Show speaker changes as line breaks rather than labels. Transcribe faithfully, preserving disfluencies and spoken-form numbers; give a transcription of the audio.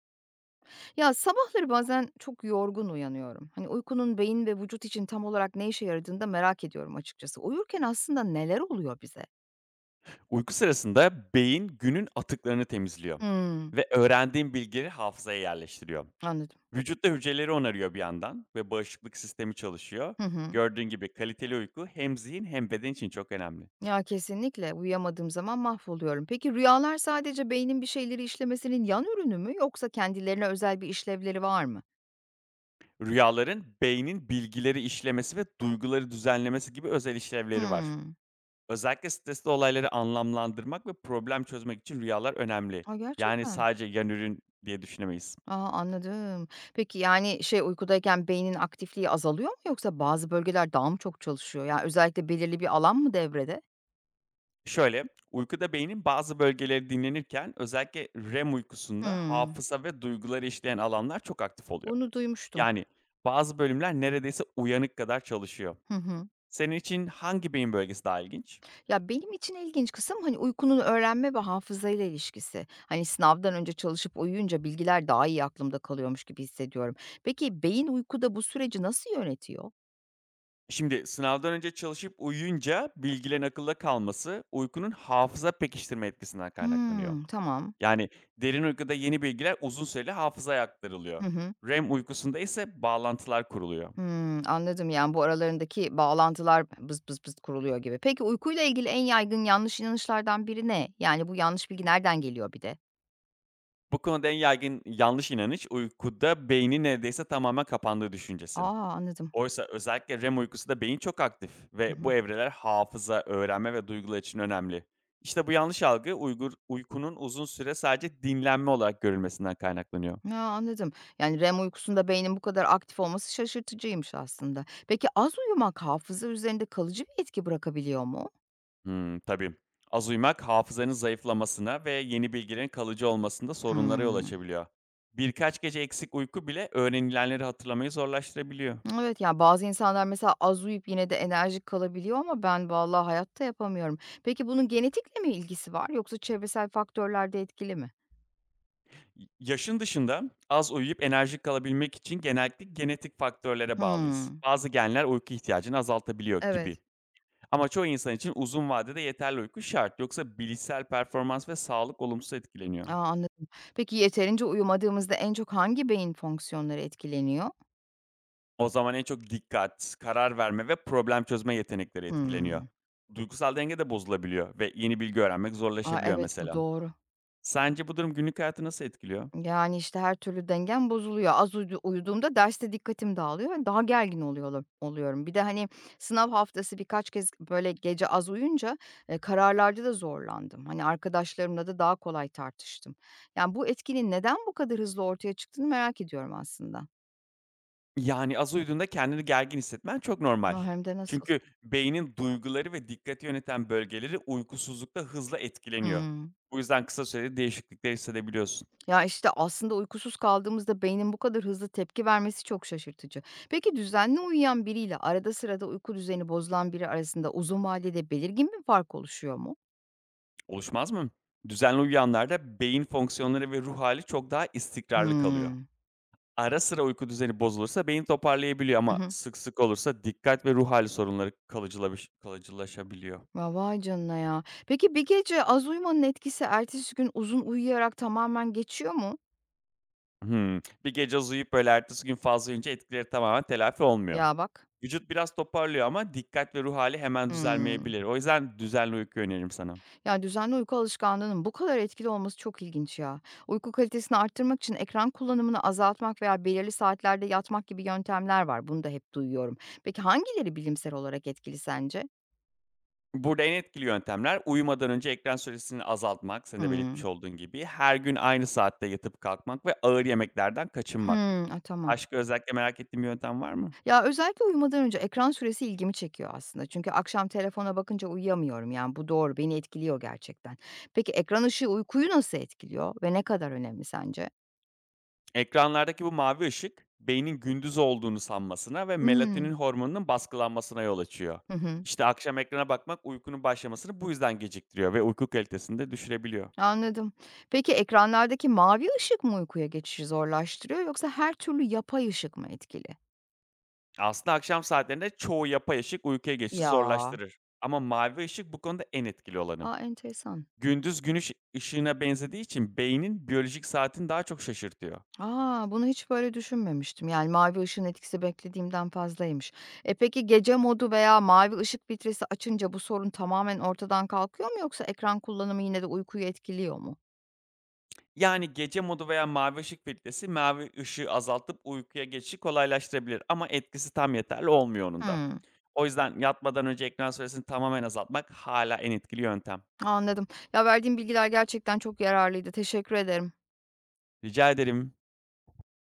Ya, sabahları bazen çok yorgun uyanıyorum. Hani, uykunun beyin ve vücut için tam olarak ne işe yaradığını da merak ediyorum açıkçası. Uyurken aslında neler oluyor bize?
Uyku sırasında beyin günün atıklarını temizliyor
Hımm,
ve öğrendiğin bilgileri hafızaya yerleştiriyor.
anladım.
Vücutta hücreleri onarıyor bir yandan ve bağışıklık sistemi çalışıyor.
Hı hı.
Gördüğün gibi kaliteli uyku hem zihin hem beden için çok önemli.
Ya, kesinlikle uyuyamadığım zaman mahvoluyorum. Peki rüyalar sadece beynin bir şeyleri işlemesinin yan ürünü mü yoksa kendilerine özel bir işlevleri var mı?
Rüyaların beynin bilgileri işlemesi ve duyguları düzenlemesi gibi özel işlevleri var.
Hımm.
Özellikle stresli olayları anlamlandırmak ve problem çözmek için rüyalar önemli.
A,
Yani
gerçekten.
sadece yan ürün diye düşünemeyiz.
A, anladım. Peki, yani, şey, uykudayken beynin aktifliği azalıyor mu yoksa bazı bölgeler daha mı çok çalışıyor? Ya, özellikle belirli bir alan mı devrede?
Şöyle, uykuda beynin bazı bölgeleri dinlenirken özellikle R E M uykusunda
Hımm.
hafıza ve duyguları işleyen alanlar çok aktif oluyor.
Bunu duymuştum.
Yani bazı bölümler neredeyse uyanık kadar çalışıyor.
Hı hı.
Senin için hangi beyin bölgesi daha ilginç?
Ya, benim için ilginç kısım, hani, uykunun öğrenme ve hafızayla ilişkisi. Hani, sınavdan önce çalışıp uyuyunca bilgiler daha iyi aklımda kalıyormuş gibi hissediyorum. Peki beyin uykuda bu süreci nasıl yönetiyor?
Şimdi sınavdan önce çalışıp uyuyunca bilgilerin akılda kalması uykunun hafıza pekiştirme etkisinden kaynaklanıyor.
Hımm, tamam.
Yani derin uykuda yeni bilgiler uzun süreli hafızaya aktarılıyor.
Hı hı.
R E M uykusunda ise bağlantılar kuruluyor.
Hımm, anladım. Yani, bu aralarındaki bağlantılar bız bız bız kuruluyor gibi. Peki uykuyla ilgili en yaygın yanlış inanışlardan biri ne? Yani, bu yanlış bilgi nereden geliyor bir de?
Bu konuda en yaygın yanlış inanış uykuda beynin neredeyse tamamen kapandığı düşüncesi.
A! Anladım.
Oysa özellikle R E M uykusunda beyin çok aktif
Hı
ve
hı.
bu evreler hafıza, öğrenme ve duygular için önemli. İşte bu yanlış algı uygur, uykunun uzun süre sadece dinlenme olarak görülmesinden kaynaklanıyor.
Ya, anladım. Yani R E M uykusunda beynin bu kadar aktif olması şaşırtıcıymış aslında. Peki az uyumak hafıza üzerinde kalıcı bir etki bırakabiliyor mu?
Hmm, tabii. Az uyumak hafızanın zayıflamasına ve yeni bilgilerin kalıcı olmasında sorunlara yol
Hımm.
açabiliyor. Birkaç gece eksik uyku bile öğrenilenleri hatırlamayı zorlaştırabiliyor.
Evet, yani bazı insanlar mesela az uyuyup yine de enerjik kalabiliyor ama ben vallahi hayatta yapamıyorum. Peki bunun genetikle mi ilgisi var yoksa çevresel faktörler de etkili mi?
Yaşın dışında az uyuyup enerjik kalabilmek için genellikle genetik faktörlere bağlıyız.
Hımm.
Bazı genler uyku ihtiyacını azaltabiliyor
Evet.
gibi. Ama çoğu insan için uzun vadede yeterli uyku şart. Yoksa bilişsel performans ve sağlık olumsuz etkileniyor.
A, anladım. Peki yeterince uyumadığımızda en çok hangi beyin fonksiyonları etkileniyor?
O zaman en çok dikkat, karar verme ve problem çözme yetenekleri etkileniyor.
Hımm.
Duygusal denge de bozulabiliyor ve yeni bilgi öğrenmek
A,
zorlaşabiliyor
evet, bu
mesela.
doğru.
Sence bu durum günlük hayatı nasıl etkiliyor?
Yani, işte, her türlü dengem bozuluyor. Az udu uyuduğumda derste dikkatim dağılıyor ve daha gergin oluyorum oluyorum. Bir de, hani, sınav haftası birkaç kez, böyle, gece az uyunca eee, kararlarda da zorlandım. Hani, arkadaşlarımla da daha kolay tartıştım. Yani, bu etkinin neden bu kadar hızlı ortaya çıktığını merak ediyorum aslında.
Yani, az uyuduğunda kendini gergin hissetmen çok normal.
A, hem de nasıl.
Çünkü beynin duyguları ve dikkati yöneten bölgeleri uykusuzlukta hızla etkileniyor.
Hıı.
Bu yüzden kısa sürede değişiklikler hissedebiliyorsun.
Ya, işte, aslında uykusuz kaldığımızda beynin bu kadar hızlı tepki vermesi çok şaşırtıcı. Peki düzenli uyuyan biriyle arada sırada uyku düzeni bozulan biri arasında uzun vadede belirgin bir fark oluşuyor mu?
Oluşmaz mı? Düzenli uyuyanlarda beyin fonksiyonları ve ruh hali çok daha istikrarlı kalıyor.
Hımm.
Ara sıra uyku düzeni bozulursa beyin toparlayabiliyor
Hı
ama
hı.
sık sık olursa dikkat ve ruh hali sorunları kalıcılamış kalıcılaşabiliyor.
Ya, vay canına ya. Peki bir gece az uyumanın etkisi ertesi gün uzun uyuyarak tamamen geçiyor mu?
Hımm. Bir gece uzayıp, böyle, ertesi gün fazla uyuyunca etkileri tamamen telafi olmuyor.
Ya, bak.
Vücut biraz toparlıyor ama dikkat ve ruh hali hemen
Hımm.
düzelmeyebilir. O yüzden düzenli uyku öneririm sana.
Ya, düzenli uyku alışkanlığının bu kadar etkili olması çok ilginç ya. Uyku kalitesini arttırmak için ekran kullanımını azaltmak veya belirli saatlerde yatmak gibi yöntemler var. Bunu da hep duyuyorum. Peki hangileri bilimsel olarak etkili sence?
Burada en etkili yöntemler uyumadan önce ekran süresini azaltmak, senin de
Hımm.
belirtmiş olduğun gibi. Her gün aynı saatte yatıp kalkmak ve ağır yemeklerden kaçınmak.
Hımm. Ah tamam.
Başka özellikle merak ettiğin bir yöntem var mı?
Ya, özellikle uyumadan önce ekran süresi ilgimi çekiyor aslında. Çünkü akşam telefona bakınca uyuyamıyorum. Yani, bu doğru, beni etkiliyor gerçekten. Peki ekran ışığı uykuyu nasıl etkiliyor ve ne kadar önemli sence?
Ekranlardaki bu mavi ışık beynin gündüz olduğunu sanmasına ve
Hımm.
melatonin hormonunun baskılanmasına yol açıyor.
Hı hı.
İşte akşam ekrana bakmak uykunun başlamasını bu yüzden geciktiriyor ve uyku kalitesini de düşürebiliyor.
Anladım. Peki ekranlardaki mavi ışık mı uykuya geçişi zorlaştırıyor yoksa her türlü yapay ışık mı etkili?
Aslında akşam saatlerinde çoğu yapay ışık uykuya geçişi
Ya.
zorlaştırır. Ama mavi ışık bu konuda en etkili olanı.
A, enteresan.
Gündüz gün ışı- ışığına benzediği için beynin biyolojik saatini daha çok şaşırtıyor.
A, bunu hiç böyle düşünmemiştim. Yani mavi ışığın etkisi beklediğimden fazlaymış. E peki gece modu veya mavi ışık filtresi açınca bu sorun tamamen ortadan kalkıyor mu yoksa ekran kullanımı yine de uykuyu etkiliyor mu?
Yani gece modu veya mavi ışık filtresi mavi ışığı azaltıp uykuya geçişi kolaylaştırabilir ama etkisi tam yeterli olmuyor onun da.
Hmm,
O yüzden yatmadan önce ekran süresini tamamen azaltmak hala en etkili yöntem.
anladım. Ya verdiğim bilgiler gerçekten çok yararlıydı. Teşekkür ederim.
Rica ederim.